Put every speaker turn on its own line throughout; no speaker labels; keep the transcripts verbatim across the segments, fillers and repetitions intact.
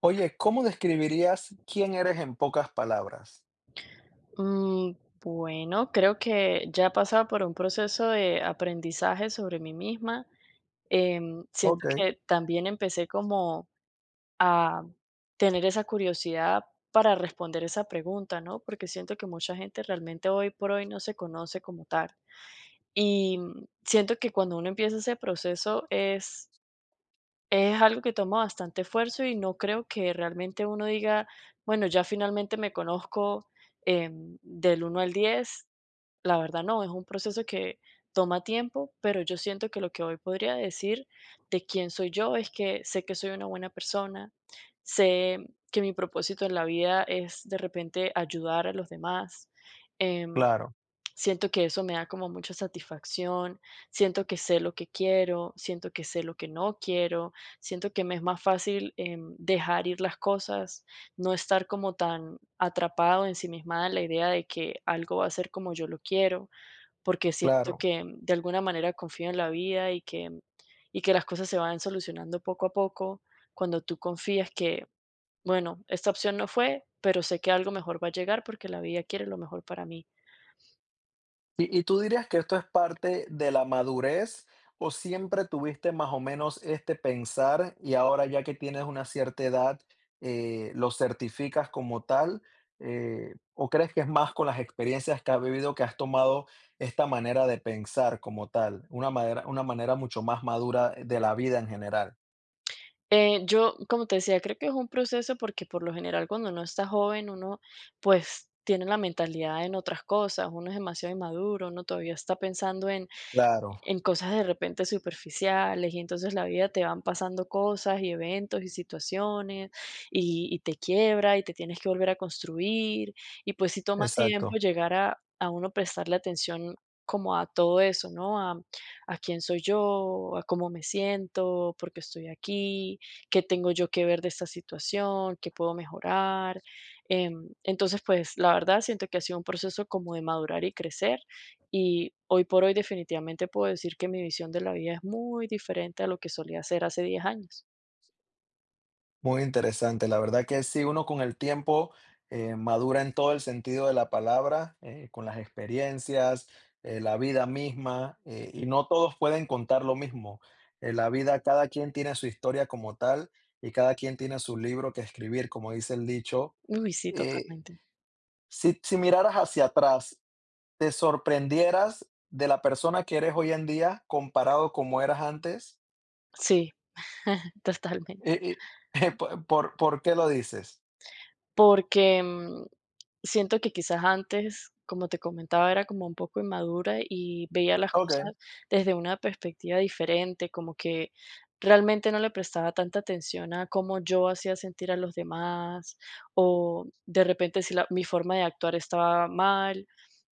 Oye, ¿cómo describirías quién eres en pocas palabras?
Mm, bueno, creo que ya he pasado por un proceso de aprendizaje sobre mí misma. Em, siento
Ok,
que también empecé como a tener esa curiosidad para responder esa pregunta, ¿no? Porque siento que mucha gente realmente hoy por hoy no se conoce como tal. Y mm, siento que cuando uno empieza ese proceso es, es algo que toma bastante esfuerzo y no creo que realmente uno diga, bueno, ya finalmente me conozco em, del uno al diez. La verdad no, es un proceso que toma tiempo, pero yo siento que lo que hoy podría decir de quién soy yo es que sé que soy una buena persona, sé que mi propósito en la vida es de repente ayudar a los demás. em,
claro,
siento que eso me da como mucha satisfacción, siento que sé lo que quiero, siento que sé lo que no quiero, siento que me es más fácil em, dejar ir las cosas, no estar como tan atrapado, ensimismada en la idea de que algo va a ser como yo lo quiero porque siento
claro.
que mm, de alguna manera confío en la vida y que, mm, y que las cosas se van solucionando poco a poco cuando tú confías que, bueno, esta opción no fue, pero sé que algo mejor va a llegar porque la vida quiere lo mejor para mí.
¿Y, y tú dirías que esto es parte de la madurez o siempre tuviste más o menos este pensar y ahora ya que tienes una cierta edad, eh, lo certificas como tal? Eh, ¿o crees que es más con las experiencias que has vivido que has tomado esta manera de pensar como tal? Una manera, una manera mucho más madura de la vida en general.
Eh, yo, como te decía, creo que es un proceso porque por lo general cuando uno está joven, uno pues tiene la mentalidad en otras cosas, uno es demasiado inmaduro, uno todavía está pensando en
Claro,
en cosas de repente superficiales y entonces la vida te van pasando cosas y eventos y situaciones y, y te quiebra y te tienes que volver a construir y pues sí toma tiempo
exacto.
llegar a, a uno prestarle atención como a todo eso, ¿no? A, a quién soy yo, a cómo me siento, por qué estoy aquí, qué tengo yo que ver de esta situación, qué puedo mejorar. Em, entonces, pues la verdad siento que ha sido un proceso como de madurar y crecer y hoy por hoy definitivamente puedo decir que mi visión de la vida es muy diferente a lo que solía hacer hace diez años.
Muy interesante. La verdad que sí, uno con el tiempo eh, madura en todo el sentido de la palabra, eh, con las experiencias, eh, la vida misma, eh, y no todos pueden contar lo mismo. En la vida, cada quien tiene su historia como tal y cada quien tiene su libro que escribir, como dice el dicho.
Uy, sí,
Eh,
totalmente.
si, si miraras hacia atrás, ¿te sorprendieras de la persona que eres hoy en día comparado como eras antes?
Sí, totalmente.
Eh, eh, ¿por, por qué lo dices?
Porque, mm, siento que quizás antes, como te comentaba, era como un poco inmadura y veía las
Ok,
cosas desde una perspectiva diferente, como que realmente no le prestaba tanta atención a cómo yo hacía sentir a los demás o de repente si la mi forma de actuar estaba mal,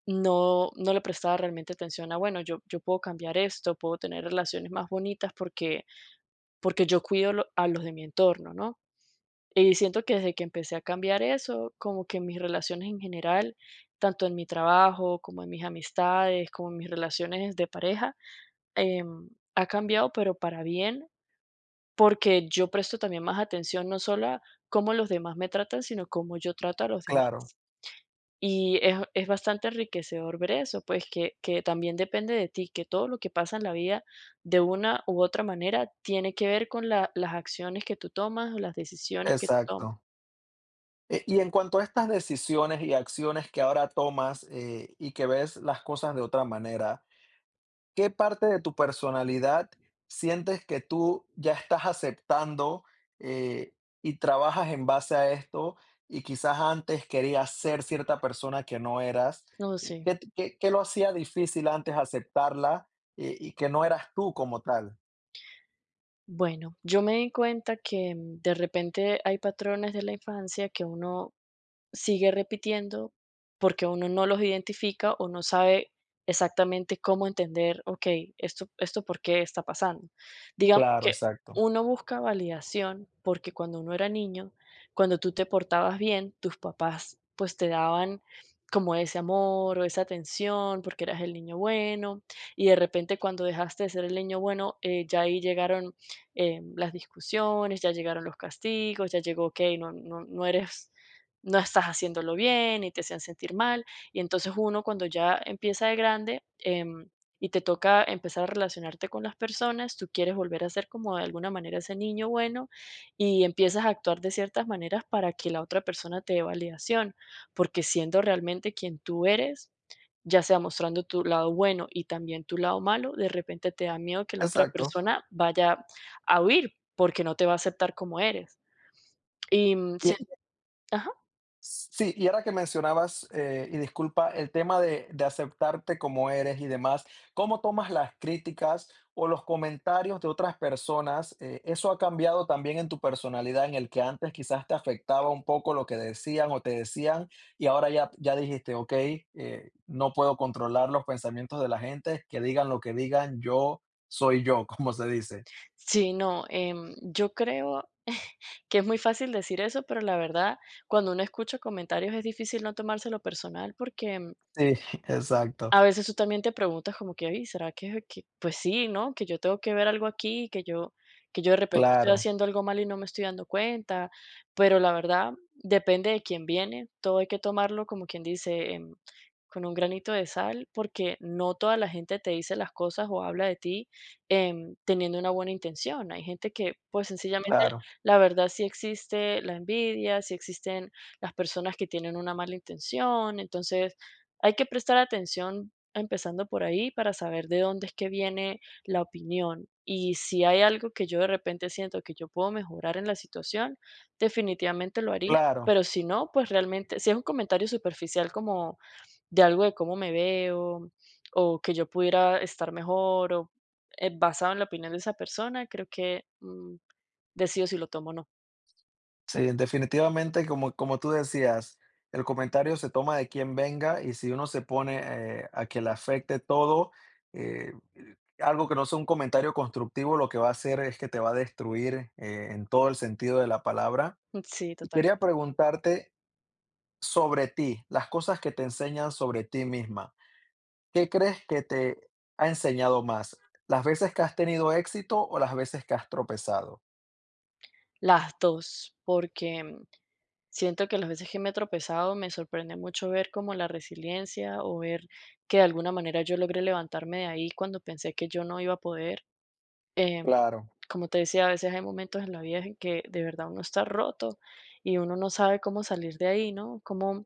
no no le prestaba realmente atención a, bueno, yo yo puedo cambiar esto, puedo tener relaciones más bonitas porque porque yo cuido lo a los de mi entorno, ¿no? Y siento que desde que empecé a cambiar eso, como que mis relaciones en general, tanto en mi trabajo, como en mis amistades, como en mis relaciones de pareja, em, ha cambiado, pero para bien, porque yo presto también más atención no solo a cómo los demás me tratan, sino cómo yo trato a los
claro.
demás. Y es, es bastante enriquecedor ver eso, pues que, que también depende de ti, que todo lo que pasa en la vida de una u otra manera tiene que ver con la- las acciones que tú tomas o las decisiones que tú tomas.
Exacto. Eh, y en cuanto a estas decisiones y acciones que ahora tomas, eh, y que ves las cosas de otra manera, ¿qué parte de tu personalidad sientes que tú ya estás aceptando, eh, y trabajas en base a esto, y quizás antes querías ser cierta persona que no eras?
No
¿Y
sé.
qué t qué qué lo hacía difícil antes aceptarla, eh, y que no eras tú como tal?
Bueno, yo me di cuenta que mm, de repente hay patrones de la infancia que uno sigue repitiendo porque uno no los identifica o no sabe exactamente cómo entender, okey, esto esto por qué está pasando. Digamos
Claro,
que
exacto.
uno busca validación, porque cuando uno era niño, cuando tú te portabas bien, tus papás, pues, te daban como ese amor o esa atención, porque eras el niño bueno, y de repente cuando dejaste de ser el niño bueno, eh, ya ahí llegaron, eh, las discusiones, ya llegaron los castigos, ya llegó, okey, no no no eres no estás haciéndolo bien y te hacen sentir mal. Y entonces uno cuando ya empieza de grande em, y te toca empezar a relacionarte con las personas, tú quieres volver a ser como de alguna manera ese niño bueno y empiezas a actuar de ciertas maneras para que la otra persona te dé validación, porque siendo realmente quien tú eres, ya sea mostrando tu lado bueno y también tu lado malo, de repente te da miedo que la otra
Exacto.
persona vaya a huir porque no te va a aceptar como eres. Y mm,
Sí, y ahora que mencionabas, eh, y disculpa, el tema de, de aceptarte como eres y demás, ¿cómo tomas las críticas o los comentarios de otras personas? Eh, ¿eso ha cambiado también en tu personalidad, en el que antes quizás te afectaba un poco lo que decían o te decían, y ahora ya, ya dijiste, ok, eh, no puedo controlar los pensamientos de la gente, que digan lo que digan, yo soy yo, como se dice.
Sí, no, em, yo creo que es muy fácil decir eso, pero la verdad, cuando uno escucha comentarios es difícil no tomárselo personal porque
Sí, exacto,
a veces tú también te preguntas como que: "Ay, ¿será que que?". Pues sí, ¿no? Que yo tengo que ver algo aquí, que yo que yo de repente estoy
claro,
haciendo algo mal y no me estoy dando cuenta, pero la verdad depende de quién viene, todo hay que tomarlo como quien dice, em, con un granito de sal, porque no toda la gente te dice las cosas o habla de ti, em, teniendo una buena intención. Hay gente que, pues, sencillamente,
claro,
la verdad sí existe la envidia, sí existen las personas que tienen una mala intención, entonces hay que prestar atención empezando por ahí para saber de dónde es que viene la opinión. Y si hay algo que yo de repente siento que yo puedo mejorar en la situación, definitivamente lo haría.
claro.
Pero si no, pues realmente, si es un comentario superficial como de algo de cómo me veo o que yo pudiera estar mejor o eh, basado en la opinión de esa persona, creo que mm, decido si lo tomo o no.
Sí, definitivamente, como, como tú decías, el comentario se toma de quien venga y si uno se pone eh, a que le afecte todo, eh, algo que no sea un comentario constructivo, lo que va a hacer es que te va a destruir eh, en todo el sentido de la palabra.
Sí,
Y
total.
quería preguntarte sobre ti, las cosas que te enseñan sobre ti misma. ¿Qué crees que te ha enseñado más? ¿Las veces que has tenido éxito o las veces que has tropezado?
Las dos porque mm, siento que las veces que me he tropezado me sorprende mucho ver como la resiliencia o ver que de alguna manera yo logré levantarme de ahí cuando pensé que yo no iba a poder. Em,
Claro,
como te decía, a veces hay momentos en la vida en que de verdad uno está roto y uno no sabe cómo salir de ahí, ¿no? Cómo,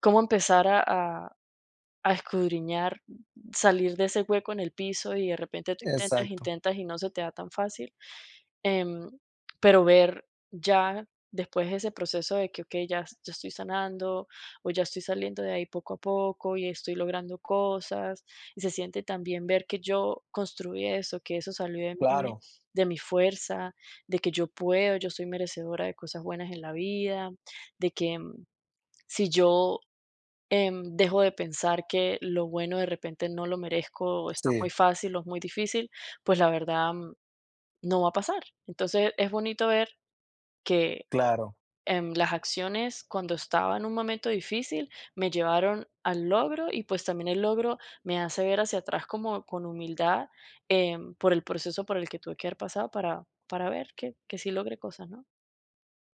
cómo empezar a, a- a escudriñar, salir de ese hueco en el piso y de repente tú intentas,
exacto,
intentas y no se te da tan fácil. Em, pero ver ya después de ese proceso de que, ok ya s- ya estoy sanando o ya estoy saliendo de ahí poco a poco y estoy logrando cosas, y se siente también ver que yo construí eso, que eso salió de mí,
claro,
de mi fuerza, de que yo puedo, yo soy merecedora de cosas buenas en la vida, de que, mm, si yo, em, dejo de pensar que lo bueno de repente no lo merezco o está
sí,
muy fácil o es muy difícil, pues la verdad mm, no va a pasar. Entonces es bonito ver que
claro.
em, las acciones cuando estaba en un momento difícil me llevaron al logro y pues también el logro me hace ver hacia atrás como con humildad em, por el proceso por el que tuve que haber pasado para, para ver que, que sí logré cosas, ¿no?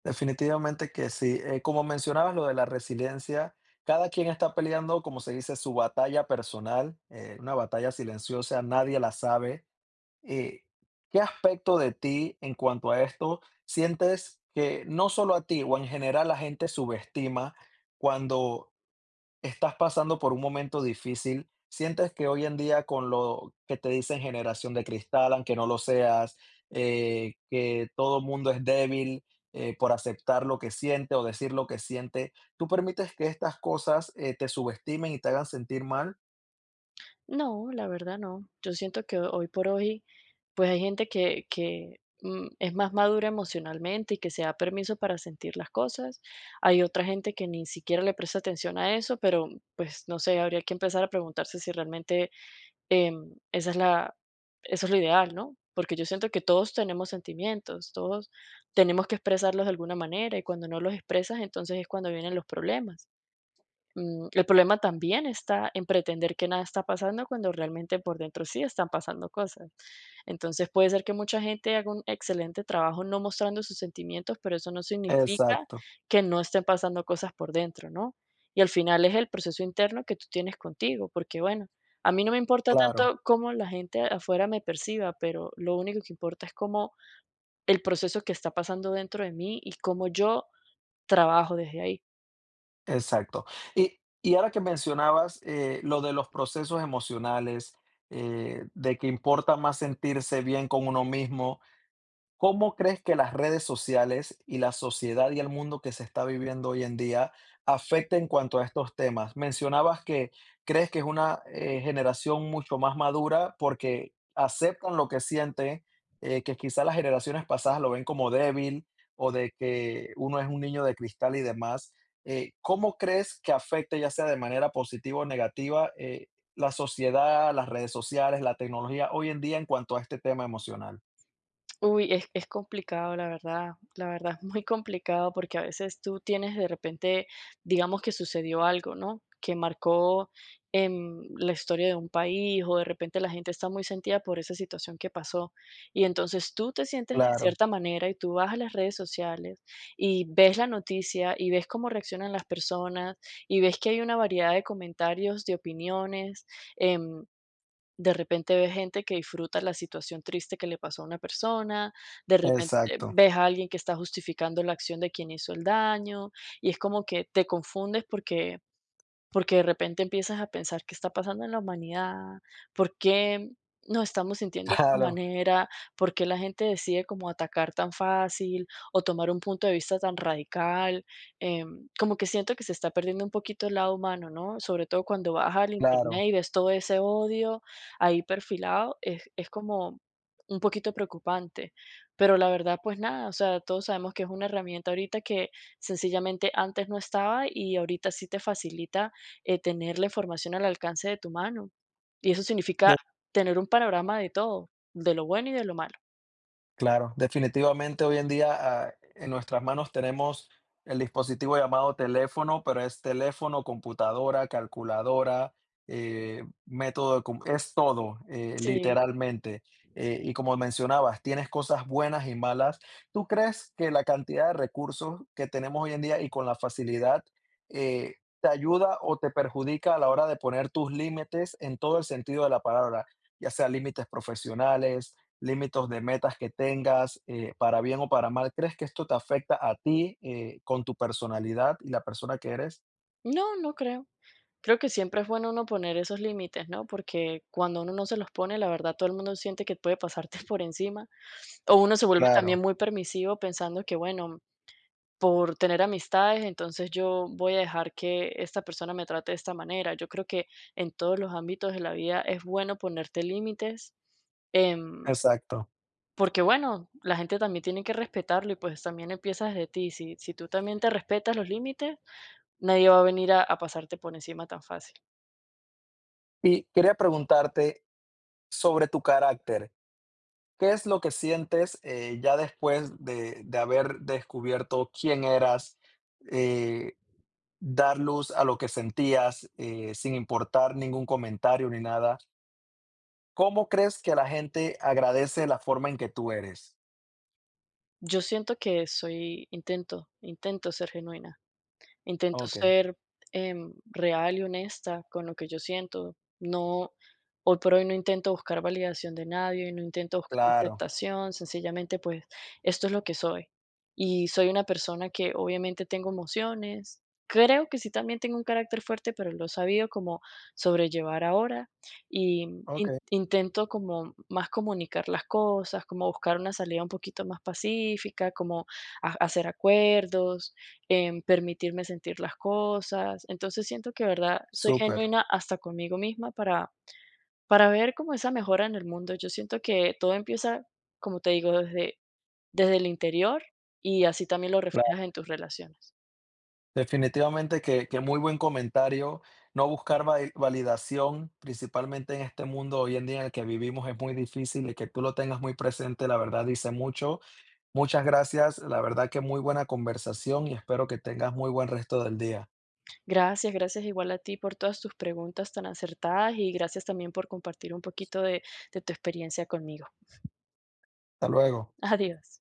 Definitivamente que sí. Eh, como mencionabas lo de la resiliencia, cada quien está peleando, como se dice, su batalla personal, eh, una batalla silenciosa, nadie la sabe. Eh, ¿Qué aspecto de ti en cuanto a esto sientes que no solo a ti o en general la gente subestima cuando estás pasando por un momento difícil, sientes que hoy en día con lo que te dicen generación de cristal, aunque no lo seas, eh, que todo mundo es débil eh, por aceptar lo que siente o decir lo que siente, ¿tú permites que estas cosas eh, te subestimen y te hagan sentir mal?
No, la verdad no. Yo siento que hoy por hoy, pues hay gente que, que mm, es más madura emocionalmente y que se da permiso para sentir las cosas. Hay otra gente que ni siquiera le presta atención a eso, pero pues no sé, habría que empezar a preguntarse si realmente em, esa es la, eso es lo ideal, ¿no? Porque yo siento que todos tenemos sentimientos, todos tenemos que expresarlos de alguna manera y cuando no los expresas, entonces es cuando vienen los problemas. Mm, el problema también está en pretender que nada está pasando cuando realmente por dentro sí están pasando cosas. Entonces puede ser que mucha gente haga un excelente trabajo no mostrando sus sentimientos, pero eso no significa
Exacto,
que no estén pasando cosas por dentro, ¿no? Y al final es el proceso interno que tú tienes contigo, porque bueno, a mí no me importa
claro,
tanto cómo la gente afuera me perciba, pero lo único que importa es cómo el proceso que está pasando dentro de mí y cómo yo trabajo desde ahí.
exacto. Y, y ahora que mencionabas eh, lo de los procesos emocionales, eh, de que importa más sentirse bien con uno mismo, ¿cómo crees que las redes sociales y la sociedad y el mundo que se está viviendo hoy en día afecta en cuanto a estos temas? Mencionabas que crees que es una eh, generación mucho más madura porque aceptan lo que sienten, eh, que quizás las generaciones pasadas lo ven como débil o de que uno es un niño de cristal y demás. Eh, ¿cómo crees que afecta, ya sea de manera positiva o negativa, eh, la sociedad, las redes sociales, la tecnología hoy en día en cuanto a este tema emocional?
Uy, es, es complicado, la verdad, la verdad es muy complicado porque a veces tú tienes de repente, digamos que sucedió algo, ¿no? Que marcó em, la historia de un país o de repente la gente está muy sentida por esa situación que pasó. Y entonces tú te sientes de
Claro.
cierta manera y tú vas a las redes sociales y ves la noticia y ves cómo reaccionan las personas y ves que hay una variedad de comentarios, de opiniones. em, de repente ves gente que disfruta la situación triste que le pasó a una persona, de repente
Exacto,
ves a alguien que está justificando la acción de quien hizo el daño, y es como que te confundes porque porque de repente empiezas a pensar, ¿qué está pasando en la humanidad? ¿Por qué nos estamos sintiendo de esta
claro,
manera? ¿Por qué la gente decide como atacar tan fácil o tomar un punto de vista tan radical? Em, como que siento que se está perdiendo un poquito el lado humano, ¿no? Sobre todo cuando vas al internet
claro.
y ves todo ese odio ahí perfilado, es, es como un poquito preocupante. Pero la verdad, pues nada, o sea, todos sabemos que es una herramienta ahorita que sencillamente antes no estaba y ahorita sí te facilita eh, tener la información al alcance de tu mano. Y eso significa tener un panorama de todo, de lo bueno y de lo malo.
Claro, definitivamente hoy en día, ah, en nuestras manos tenemos el dispositivo llamado teléfono, pero es teléfono, computadora, calculadora, eh, método de com es todo, eh,
Sí.
literalmente. Eh, y como mencionabas, tienes cosas buenas y malas. ¿Tú crees que la cantidad de recursos que tenemos hoy en día y con la facilidad, eh, te ayuda o te perjudica a la hora de poner tus límites en todo el sentido de la palabra? Ya sea límites profesionales, límites de metas que tengas, eh, para bien o para mal. ¿Crees que esto te afecta a ti, eh, con tu personalidad y la persona que eres?
No, no creo. Creo que siempre es bueno uno poner esos límites, ¿no? Porque cuando uno no se los pone, la verdad todo el mundo siente que puede pasarte por encima. O uno se vuelve
Claro,
también muy permisivo pensando que, bueno, por tener amistades, entonces yo voy a dejar que esta persona me trate de esta manera. Yo creo que en todos los ámbitos de la vida es bueno ponerte límites. em,
exacto.
Porque bueno, la gente también tiene que respetarlo y pues también empieza desde ti. Si, si tú también te respetas los límites, nadie va a venir a, a pasarte por encima tan fácil.
Y quería preguntarte sobre tu carácter. ¿Qué es lo que sientes, eh, ya después de de haber descubierto quién eras, eh, dar luz a lo que sentías, eh, sin importar ningún comentario ni nada? ¿Cómo crees que la gente agradece la forma en que tú eres?
Yo siento que soy, intento, intento ser genuina. Intento
Okey,
ser em, real y honesta con lo que yo siento. No, hoy por hoy no intento buscar validación de nadie, no intento buscar
claro,
aceptación, sencillamente pues esto es lo que soy. Y soy una persona que obviamente tengo emociones. Creo que sí también tengo un carácter fuerte, pero lo he sabido como sobrellevar ahora y in-
okey.
intento como más comunicar las cosas, como buscar una salida un poquito más pacífica, como a- hacer acuerdos, en permitirme sentir las cosas. Entonces siento que, verdad, soy
Súper.
genuina hasta conmigo misma para, para ver como esa mejora en el mundo. Yo siento que todo empieza, como te digo, desde, desde el interior y así también lo reflejas
Claro.
en tus relaciones.
Definitivamente que, que muy buen comentario. No buscar va- validación, principalmente en este mundo hoy en día en el que vivimos, es muy difícil y que tú lo tengas muy presente, la verdad dice mucho. Muchas gracias, la verdad que muy buena conversación y espero que tengas muy buen resto del día.
Gracias, gracias igual a ti por todas tus preguntas tan acertadas y gracias también por compartir un poquito de, de tu experiencia conmigo.
Hasta luego.
Adiós.